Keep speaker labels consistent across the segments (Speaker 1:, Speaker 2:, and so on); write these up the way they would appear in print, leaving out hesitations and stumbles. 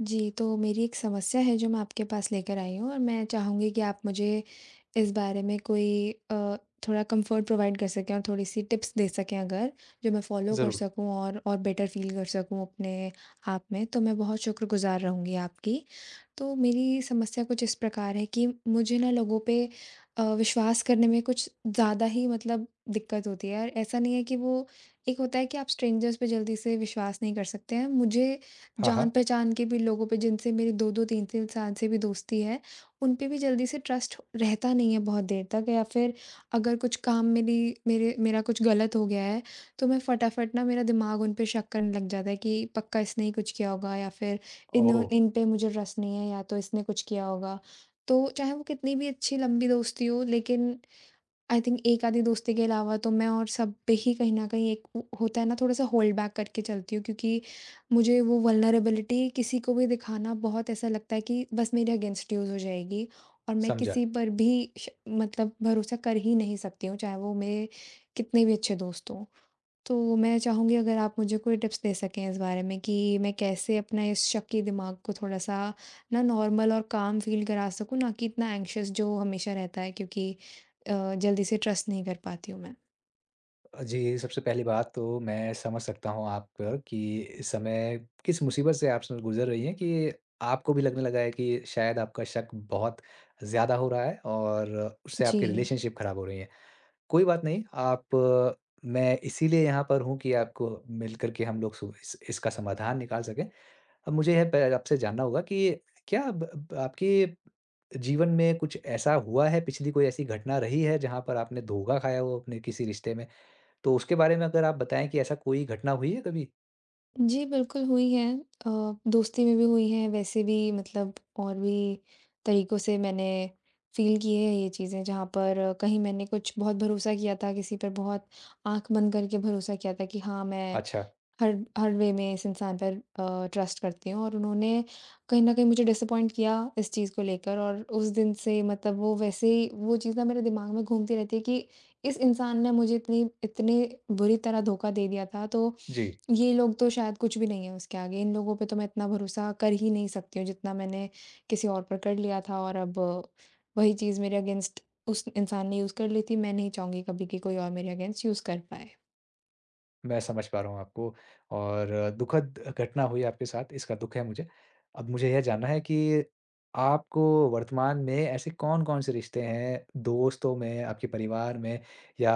Speaker 1: जी, तो मेरी एक समस्या है जो मैं आपके पास लेकर आई हूँ और मैं चाहूँगी कि आप मुझे इस बारे में कोई थोड़ा कंफर्ट प्रोवाइड कर सकें और थोड़ी-सी टिप्स दे सकें अगर, जो मैं फॉलो कर
Speaker 2: ज़रूर।
Speaker 1: सकूँ और बेटर फ़ील कर सकूँ अपने आप में, तो मैं बहुत शुक्रगुज़ार रहूँगी आपकी। तो मेरी समस्या कुछ इस प्रकार है कि मुझे ना लोगों पे विश्वास करने में कुछ ज़्यादा ही मतलब दिक्कत होती है और ऐसा नहीं है कि वो एक होता है कि आप स्ट्रेंजर्स पे जल्दी से विश्वास नहीं कर सकते हैं। मुझे
Speaker 2: हाँ, हाँ।
Speaker 1: जान-पहचान के भी लोगों पे जिनसे मेरी 2-2 3-3 साल से भी दोस्ती है, उन पे भी जल्दी से ट्रस्ट रहता नहीं है बहुत देर तक, या फिर अगर कुछ काम मेरी मेरे मेरा कुछ गलत हो गया है, तो मैं फटाफट ना मेरा दिमाग उन पे शक करने लग जाता है कि पक्का इसने ही कुछ किया होगा, या फिर इन्हों
Speaker 2: ओह!
Speaker 1: इन पे मुझे ट्रस्ट नहीं है या तो इसने कुछ किया होगा। तो चाहे वो कितनी भी अच्छी लंबी दोस्ती हो लेकिन आई थिंक एक आधी दोस्ती के अलावा तो मैं और सब पे ही कहीं न कहीं एक वो होता है ना, थोड़ा-सा होल्ड बैक करके चलती हूँ, क्योंकि मुझे वो वल्नरेबिलिटी किसी को भी दिखाना बहुत ऐसा लगता है कि बस मेरे अगेंस्ट यूज़ हो जाएगी, और मैं
Speaker 2: समझा।
Speaker 1: किसी पर भी श मतलब भरोसा कर ही नहीं सकती हूँ, चाहे वो मेरे कितने भी अच्छे दोस्त हों। तो मैं चाहूँगी अगर आप मुझे कोई टिप्स दे सकें इस बारे में, कि मैं कैसे अपना इस शक दिमाग को थोड़ा-सा ना नॉर्मल और काम फ़ील करा सकूँ, ना कि इतना एंग्शियस जो हमेशा रहता है, क्योंकि जल्दी से ट्रस्ट नहीं कर पाती हूँ मैं।
Speaker 2: जी, सबसे पहली बात तो मैं समझ सकता हूँ आप पर कि इस समय किस मुसीबत से आप स गुज़र रही हैं कि आपको भी लगने लगा है कि शायद आपका शक बहुत ज़्यादा हो रहा है और उससे आपकी
Speaker 1: जी।
Speaker 2: रिलेशनशिप ख़राब हो रही है। कोई बात नहीं, आप मैं इसीलिए यहाँ पर हूँ कि आपको मिलकर के हम लोग सु इस इसका समाधान निकाल सकें। अब मुझे यह प आपसे जानना होगा कि क्या ब ब आपके जीवन में कुछ ऐसा हुआ है, पिछली कोई ऐसी घटना रही है जहाँ पर आपने धोखा खाया हो अपने किसी रिश्ते में? तो उसके बारे में अगर आप बताएँ कि ऐसा कोई घटना हुई है कभी?
Speaker 1: जी, बिल्कुल हुई हैं अ, दोस्ती में भी हुई हैं, वैसे भी मतलब और भी तरीक़ों से मैंने फ़ील की है ये चीज़ें, जहाँ पर कहीं मैंने कुछ बहुत भरोसा किया था किसी पर, बहुत आँख बंद करके भरोसा किया था कि हाँ, मैं
Speaker 2: अच्छा,
Speaker 1: हर हर वे में इस इंसान पर ट्रस्ट करती हूँ, और उन्होंने कहीं न कहीं मुझे डिसअपॉइंट किया इस चीज़ को लेकर। और उस दिन से मतलब वो वैसे ही वो चीज़ ना मेरे दिमाग में घूमती रहती है कि इस इंसान ने मुझे इतनी इतनी बुरी तरह धोखा दे दिया था, तो
Speaker 2: जी।
Speaker 1: ये लोग तो शायद कुछ भी नहीं है उसके आगे, इन लोगों पे तो मैं इतना भरोसा कर ही नहीं सकती हूँ जितना मैंने किसी और पर कर लिया था। और अब वही चीज़ मेरे अगेंस्ट उस इंसान ने यूज़ कर ली थी, मैं नहीं चाहूँगी कभी कि कोई और मेरे अगेंस्ट यूज़ कर पाए।
Speaker 2: मैं समझ पा रहा हूँ आपको और दुखद घटना हुई आपके साथ, इसका दुःख है मुझे। अब मुझे यह जानना है कि आपको वर्तमान में ऐसे कौन-कौन से रिश्ते हैं, दोस्तों में, आपके परिवार में या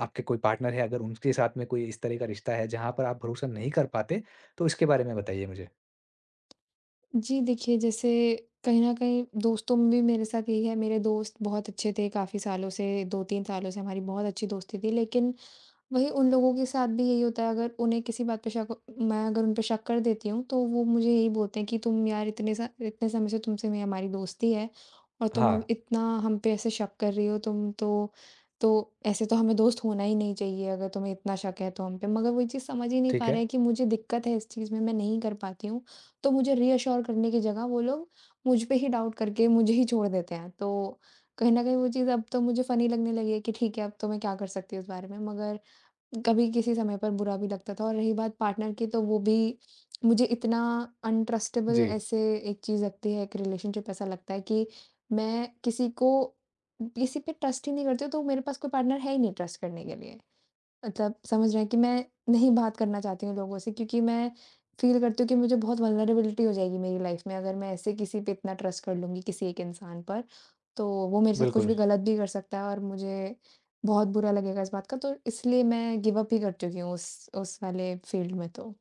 Speaker 2: आपके कोई पार्टनर है अगर उनके साथ में कोई इस तरह का रिश्ता है जहाँ पर आप भरोसा नहीं कर पाते, तो इसके बारे में बताइए मुझे?
Speaker 1: जी, देखिए जैसे कहीं न कहीं दोस्तों में भी मेरे साथ यही है, मेरे दोस्त बहुत अच्छे थे काफ़ी सालों से, 2-3 सालों से हमारी बहुत अच्छी दोस्ती थी, लेकिन वही उन लोगों के साथ भी यही होता है, अगर उन्हें किसी बात पे शक मैं अगर उन पे शक कर देती हूँ, तो वो मुझे यही बोलते हैं कि तुम यार इतने समय से तुमसे मेरी हमारी दोस्ती है, और तुम
Speaker 2: हाँ,
Speaker 1: अब इतना हम पे ऐसे शक कर रही हो, तुम तो ऐसे तो हमें दोस्त होना ही नहीं चाहिए अगर तुम्हें इतना शक है तो हम पे। मगर वही चीज़ समझ ही नहीं
Speaker 2: ठीक
Speaker 1: पा रहे
Speaker 2: है।
Speaker 1: हैं कि मुझे दिक्कत है इस चीज़ में, मैं नहीं कर पाती हूँ। तो मुझे रीअश्योर करने की जगह वो लोग मुझ पे ही डाउट करके मुझे ही छोड़ देते हैं। तो कहीं न कहीं वो चीज़ अब तो मुझे फ़नी लगने लगी है कि ठीक है, अब तो मैं क्या कर सकती हूँ इस बारे में। मगर कभी किसी समय पर बुरा भी लगता था। और रही बात पार्टनर की, तो वो भी मुझे इतना अनट्रस्टेबल
Speaker 2: जी,
Speaker 1: ऐसे एक चीज़ लगती है, एक रिलेशनशिप ऐसा लगता है कि मैं किसी पे ट्रस्ट ही नहीं करती हूँ, तो मेरे पास कोई पार्टनर है ही नहीं ट्रस्ट करने के लिए। मतलब समझ रहे हैं कि मैं नहीं बात करना चाहती हूँ लोगों से, क्योंकि मैं फ़ील करती हूँ कि मुझे बहुत वल्नरेबिलिटी हो जाएगी मेरी लाइफ़ में, अगर मैं ऐसे किसी पे इतना ट्रस्ट कर लूँगी किसी एक इंसान पर, तो वो मेरे साथ कुछ
Speaker 2: बिल्कुल।
Speaker 1: भी गलत भी कर सकता है, और मुझे बहुत बुरा लगेगा इस बात का, तो इसलिए मैं गिव अप ही कर चुकी हूँ उस वाले फ़ील्ड में तो।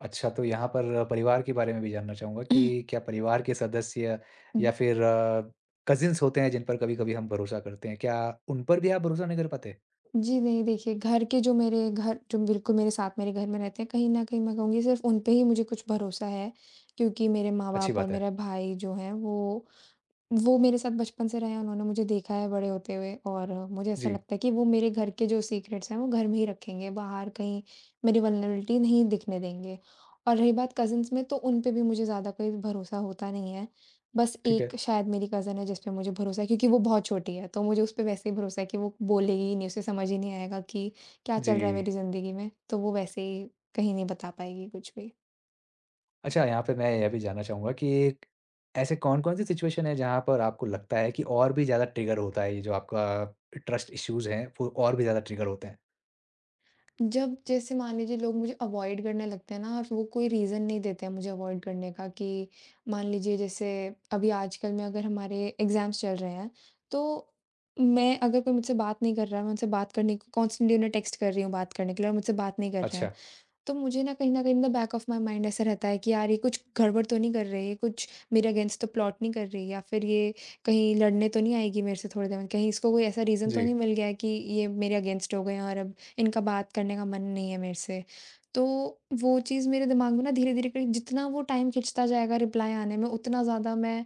Speaker 2: अच्छा, तो यहाँ पर परिवार के बारे में भी जानना चाहूँगा कि क्या परिवार के सदस्य
Speaker 1: हम्म,
Speaker 2: या फिर कज़िन्स होते हैं जिन पर कभी-कभी हम भरोसा करते हैं, क्या उन पर भी आप भरोसा नहीं कर पाते?
Speaker 1: जी नहीं, देखिए घर के जो बिल्कुल मेरे साथ मेरे घर में रहते हैं, कहीं न कहीं मैं कहूँगी सिर्फ़ उन पे ही मुझे कुछ भरोसा है, क्योंकि मेरे
Speaker 2: अच्छी
Speaker 1: माँ-बाप और
Speaker 2: बात है।
Speaker 1: मेरा भाई जो है वो मेरे साथ बचपन से रहे हैं, उन्होंने मुझे देखा है बड़े होते हुए, और मुझे ऐसा
Speaker 2: जी,
Speaker 1: लगता है कि वो मेरे घर के जो सीक्रेट्स हैं, वो घर में ही रखेंगे, बाहर कहीं मेरी वल्नरेबिलिटी नहीं दिखने देंगे। और रही बात कज़िन्स में, तो उन पे भी मुझे ज़्यादा कोई भरोसा होता नहीं है। बस
Speaker 2: ठीक
Speaker 1: एक
Speaker 2: है।
Speaker 1: शायद मेरी कज़िन है जिस पे मुझे भरोसा है, क्योंकि वो बहुत छोटी है, तो मुझे उस पे वैसे ही भरोसा है कि वो बोलेगी ही नहीं, उसे समझ ही नहीं आएगा कि क्या
Speaker 2: जी।
Speaker 1: चल रहा है मेरी ज़िंदगी में, तो वो वैसे ही कहीं नहीं बता पाएगी कुछ भी।
Speaker 2: अच्छा, यहाँ पे मैं यह भी जानना चाहूँगा कि ऐसे कौन-कौन सी सिचुएशन है जहाँ पर आपको लगता है कि और भी ज़्यादा ट्रिगर होता है, ये जो आपका ट्रस्ट इश्यूज़ हैं, वो और भी ज़्यादा ट्रिगर होते हैं?
Speaker 1: जब जैसे मान लीजिए लोग मुझे अवॉइड करने लगते हैं ना, और वो कोई रीज़न नहीं देते हैं मुझे अवॉइड करने का, कि मान लीजिए जैसे अभी आजकल में अगर हमारे एग्ज़ाम्स चल रहे हैं, तो मैं अगर कोई मुझसे बात नहीं कर रहा है, मैं उनसे बात करने को कॉन्स्टेंटली उन्हें टेक्स्ट कर रही हूँ बात करने के लिए, और मुझसे बात नहीं कर रहे हैं।
Speaker 2: अच्छा,
Speaker 1: तो मुझे ना कहीं न कहीं in the back of my mind ऐसा रहता है कि यार ये कुछ गड़बड़ तो नहीं कर रही है, कुछ मेरे अगेंस्ट तो प्लॉट नहीं कर रही, या फिर ये कहीं लड़ने तो नहीं आएगी मेरे से थोड़ी देर में, कहीं इसको कोई ऐसा रीज़न तो
Speaker 2: जी।
Speaker 1: नहीं मिल गया है कि ये मेरे अगेंस्ट हो गए हैं और अब इनका बात करने का मन नहीं है मेरे से। तो वो चीज़ मेरे दिमाग में ना धीरे-धीरे कर जितना वो टाइम खिंचता जाएगा रिप्लाई आने में, उतना ज़्यादा मैं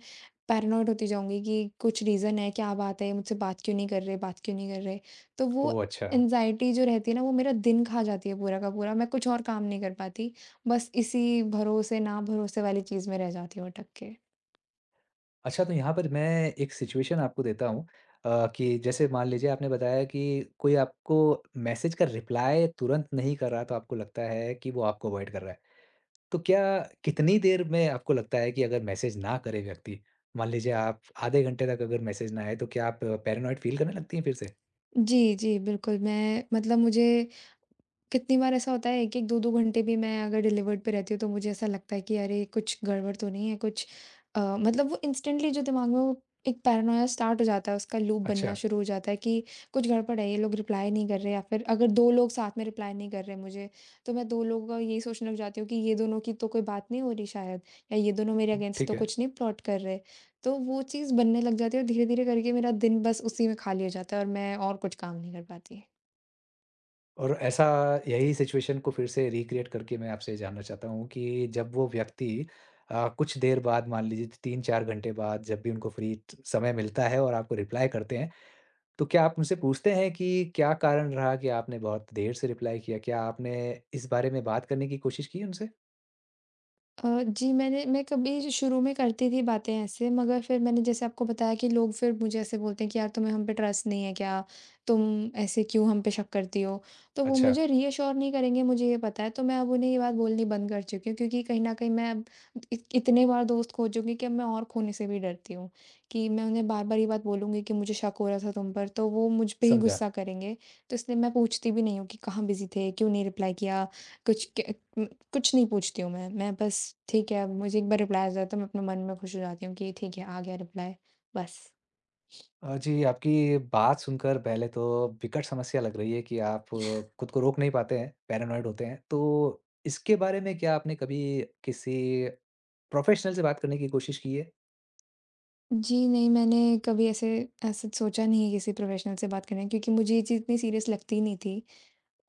Speaker 1: पैरानॉइड होती जाऊँगी कि कुछ रीज़न है, क्या बात है, ये मुझसे बात क्यों नहीं कर रहे, बात क्यों नहीं कर रहे। तो वो
Speaker 2: ओह! अच्छा।
Speaker 1: एंग्ज़ायटी जो रहती है ना, वो मेरा दिन खा जाती है पूरा का पूरा, मैं कुछ और काम नहीं कर पाती, बस इसी भरोसे-ना-भरोसे वाली चीज़ में रह जाती हूँ अटक के।
Speaker 2: अच्छा, तो यहाँ पर मैं एक सिचुएशन आपको देता हूँ कि जैसे मान लीजिए आपने बताया कि कोई आपको मैसेज का रिप्लाई तुरंत नहीं कर रहा, तो आपको लगता है कि वो आपको अवॉइड कर रहा है। तो क्या कितनी देर में आपको लगता है कि अगर मैसेज ना करे व्यक्ति, मान लीजिए आप आधे घंटे तक अगर मैसेज ना आए, तो क्या आप पैरानॉइड फ़ील करने लगती हैं फिर से?
Speaker 1: जी, जी, बिल्कुल, मैं मतलब मुझे कितनी बार ऐसा होता है 1-1 2-2 घंटे भी मैं अगर डिलीवर्ड पे रहती हूँ तो मुझे ऐसा लगता है कि अरे कुछ गड़बड़ तो नहीं है, कुछ मतलब वो इंस्टेंटली जो दिमाग में वो एक पैरानोया स्टार्ट हो जाता है, उसका लूप बनना
Speaker 2: अच्छा,
Speaker 1: शुरू हो जाता है कि कुछ गड़बड़ है, ये लोग रिप्लाई नहीं कर रहे। या फिर अगर 2 लोग साथ में रिप्लाई नहीं कर रहे मुझे, तो मैं 2 लोगों का यही सोचने लग जाती हूँ कि ये दोनों की तो कोई बात नहीं हो रही शायद, या ये दोनों मेरे अगेंस्ट तो
Speaker 2: ठीक है।
Speaker 1: कुछ नहीं प्लॉट कर रहे। तो वो चीज़ बनने लग जाती है, और धीरे-धीरे करके मेरा दिन बस उसी में खाली हो जाता है, और मैं और कुछ काम नहीं कर पाती।
Speaker 2: और ऐसा यही सिचुएशन को फिर से रिक्रिएट करके मैं आपसे जानना चाहता हूँ कि जब वो व्यक्ति कुछ देर बाद मान लीजिए 3-4 घंटे बाद जब भी उनको फ्री ट समय मिलता है और आपको रिप्लाई करते हैं, तो क्या आप उनसे पूछते हैं कि क्या कारण रहा कि आपने बहुत देर से रिप्लाई किया? क्या आपने इस बारे में बात करने की कोशिश की उनसे?
Speaker 1: जी, मैं कभी शुरू में करती थी बातें ऐसे, मगर फिर मैंने जैसे आपको बताया कि लोग फिर मुझे ऐसे बोलते हैं कि, "यार, तुम्हें हम पे ट्रस्ट नहीं है क्या? तुम ऐसे क्यों हम पे शक करती हो?" तो वो
Speaker 2: अच्छा,
Speaker 1: मुझे रीअश्योर नहीं करेंगे, मुझे ये पता है। तो मैं अब उन्हें ये बात बोलनी बंद कर चुकी हूँ, क्योंकि कहीं न कहीं मैं अब इ इतने बार दोस्त खो चुकी हूँ कि अब मैं और खोने से भी डरती हूँ, कि मैं उन्हें बार-बार ये बात बोलूँगी कि, "मुझे शक हो रहा था तुम पर," तो वो मुझ पे ही
Speaker 2: समझा।
Speaker 1: गुस्सा करेंगे। तो इसलिए मैं पूछती भी नहीं हूँ कि, "कहाँ बिज़ी थे? क्यों नहीं रिप्लाई किया?" कुछ क उम, कुछ नहीं पूछती हूँ मैं, बस ठीक है, अब मुझे एक बार रिप्लाई आ जाता है, मैं अपने मन में खुश हो जाती हूँ कि ठीक है, आ गया रिप्लाई, बस।
Speaker 2: जी, आपकी बात सुनकर पहले तो विकट समस्या लग रही है कि आप खुद को रोक नहीं पाते हैं, पैरानॉइड होते हैं। तो इसके बारे में क्या आपने कभी किसी प्रोफ़ेशनल से बात करने की कोशिश की है?
Speaker 1: जी, नहीं, मैंने कभी ऐसे ऐसे सोचा नहीं है किसी प्रोफेशनल से बात करने, क्योंकि मुझे ये चीज़ इतनी सीरियस लगती नहीं थी।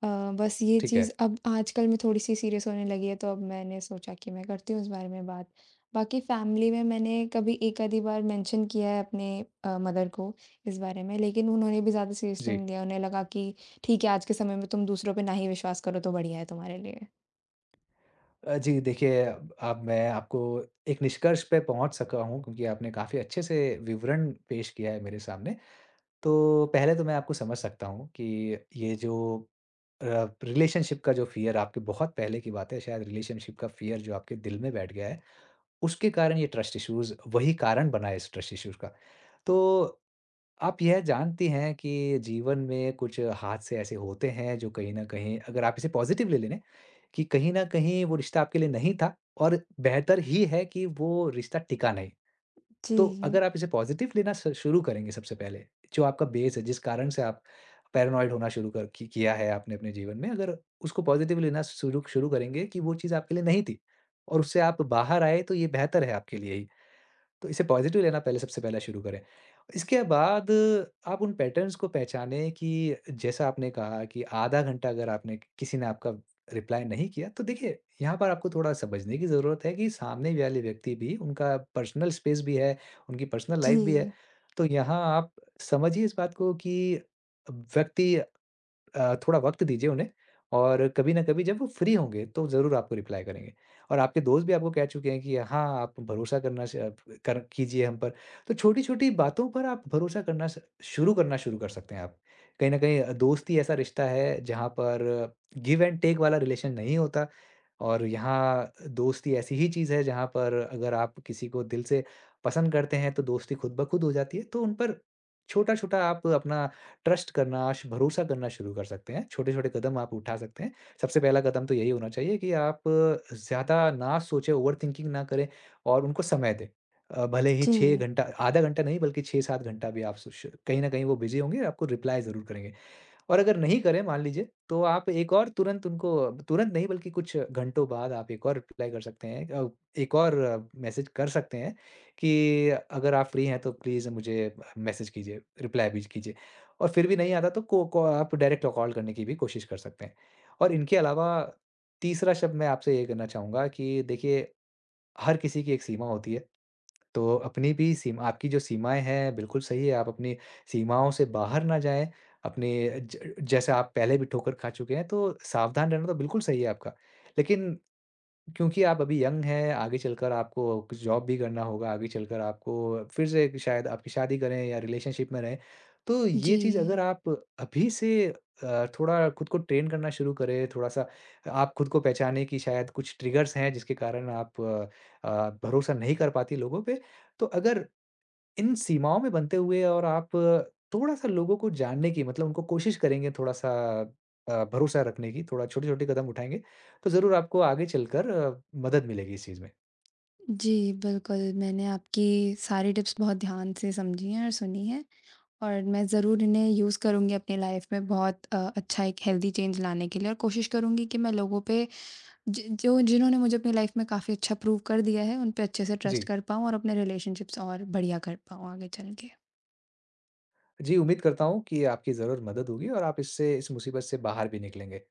Speaker 1: अ, बस ये
Speaker 2: ठीक
Speaker 1: चीज़
Speaker 2: है।
Speaker 1: अब आजकल मैं थोड़ी-सी सीरियस होने लगी है, तो अब मैंने सोचा कि मैं करती हूँ इस बारे में बात। बाकी फैमिली में मैंने कभी एक आधी बार मेंशन किया है अपने मदर को इस बारे में, लेकिन उन्होंने भी ज़्यादा सीरियसली
Speaker 2: जी।
Speaker 1: नहीं लिया। उन्हें लगा कि ठीक है, आज के समय में तुम दूसरों पे ना ही विश्वास करो तो बढ़िया है तुम्हारे लिए।
Speaker 2: जी, देखिए अब मैं आपको एक निष्कर्ष पे पहुँच सका हूँ क्योंकि आपने काफ़ी अच्छे से विवरण पेश किया है मेरे सामने। तो पहले तो मैं आपको समझ सकता हूँ कि ये जो अ, रिलेशनशिप का जो फ़ियर आपके बहुत पहले की बात है, शायद रिलेशनशिप का फ़ियर जो आपके दिल में बैठ गया है, उसके कारण ये ट्रस्ट इश्यूज़ वही कारण बना है इस ट्रस्ट इश्यूज़ का। तो आप यह जानती हैं कि जीवन में कुछ हादसे ऐसे होते हैं जो कहीं न कहीं अगर आप इसे पॉज़िटिव ले लें कि कहीं न कहीं वो रिश्ता आपके लिए नहीं था और बेहतर ही है कि वो रिश्ता टिका नहीं। तो
Speaker 1: जी,
Speaker 2: अगर आप इसे पॉज़िटिव लेना स शुरू करेंगे सबसे पहले, जो आपका बेस है, जिस कारण से आप पैरानॉइड होना शुरू कर कि किया है आपने अपने जीवन में, अगर उसको पॉज़िटिव लेना शुरू शुरू करेंगे कि वो चीज़ आपके लिए नहीं थी और उससे आप बाहर आए, तो ये बेहतर है आपके लिए ही। तो इसे पॉज़िटिव लेना पहले सबसे पहला शुरू करें। इसके बाद आप उन पैटर्न्स को पहचानें कि जैसा आपने कहा कि आधा घंटा अगर आपने किसी ने आपका रिप्लाई नहीं किया, तो देखिए यहाँ पर आपको थोड़ा समझने की ज़रूरत है कि सामने वाले व्यक्ति भी उनका पर्सनल स्पेस भी है, उनकी पर्सनल लाइफ़ भी है।
Speaker 1: जी,
Speaker 2: तो यहाँ आप समझिए इस बात को कि व्यक्ति थोड़ा वक़्त दीजिए उन्हें और कभी न कभी जब वो फ्री होंगे, तो ज़रूर आपको रिप्लाई करेंगे। और आपके दोस्त भी आपको कह चुके हैं कि हाँ, आप भरोसा करना श आप कर कीजिए हम पर। तो छोटी-छोटी बातों पर आप भरोसा करना शुरू कर सकते हैं आप। कहीं न कहीं दोस्ती ऐसा रिश्ता है, जहाँ पर गिव एंड टेक वाला रिलेशन नहीं होता और यहाँ दोस्ती ऐसी ही चीज़ है, जहाँ पर अगर आप किसी को दिल से पसंद करते हैं, तो दोस्ती खुद ब खुद हो जाती है। तो उन पर छोटा-छोटा आप अपना ट्रस्ट करना, श भरोसा करना शुरू कर सकते हैं। छोटे-छोटे कदम आप उठा सकते हैं। सबसे पहला कदम तो यही होना चाहिए कि आप ज़्यादा ना सोचें, ओवरथिंकिंग ना करें और उनको समय दें। भले ही 6
Speaker 1: जी।
Speaker 2: घंटा आधा घंटा नहीं बल्कि 6-7 घंटा भी आप सो श कहीं न कहीं वो बिज़ी होंगे, आपको रिप्लाई ज़रूर करेंगे। और अगर नहीं करें मान लीजिए, तो आप एक और तुरंत नहीं बल्कि कुछ घंटों बाद आप एक और रिप्लाई कर सकते हैं एक और मैसेज कर सकते हैं कि अगर आप फ्री हैं तो प्लीज़ मुझे मैसेज कीजिए, रिप्लाई भी कीजिए। और फिर भी नहीं आता तो को आप डायरेक्ट कॉल करने की भी कोशिश कर सकते हैं। और इनके अलावा तीसरा शब्द मैं आपसे ये कहना चाहूँगा कि देखिए, हर किसी की एक सीमा होती है। तो अपनी भी सीम आपकी जो सीमाएँ हैं, बिल्कुल सही है, आप अपनी सीमाओं से बाहर ना जाएँ, अपने ज जैसे आप पहले भी ठोकर खा चुके हैं, तो सावधान रहना तो बिल्कुल सही है आपका। लेकिन क्योंकि आप अभी यंग हैं, आगे चलकर आपको कुछ जॉब भी करना होगा, आगे चलकर आपको फिर से एक शायद आपकी शादी करें या रिलेशनशिप में रहें। तो ये चीज़ अगर
Speaker 1: जी,
Speaker 2: आप अभी से थोड़ा खुद को ट्रेन करना शुरू करें, थोड़ा-सा आप खुद को पहचानें कि शायद कुछ ट्रिगर्स हैं जिसके कारण आप भरोसा नहीं कर पाती लोगों पे। तो अगर इन सीमाओं में बनते हुए और आप थोड़ा-सा लोगों को जानने की मतलब उनको कोशिश करेंगे थोड़ा-सा भरोसा रखने की, थोड़ा छोटे-छोटे कदम उठाएँगे, तो ज़रूर आपको आगे चलकर मदद मिलेगी इस चीज़ में।
Speaker 1: जी, बिल्कुल, मैंने आपकी सारी टिप्स बहुत ध्यान से समझी हैं और सुनी हैं। और मैं ज़रूर इन्हें यूज़ करूँगी अपनी लाइफ़ में बहुत अच्छा एक हेल्दी चेंज लाने के लिए, और कोशिश करूँगी कि मैं लोगों पे ज जो जिन्होंने मुझे अपनी लाइफ़ में काफ़ी अच्छा प्रूव कर दिया है, उन पे अच्छे से ट्रस्ट
Speaker 2: जी।
Speaker 1: कर पाऊँ और अपने रिलेशनशिप्स और बढ़िया कर पाऊँ आगे चल के।
Speaker 2: जी, उम्मीद करता हूँ कि आपकी ज़रूर मदद होगी और आप इससे इस मुसीबत से बाहर भी निकलेंगे।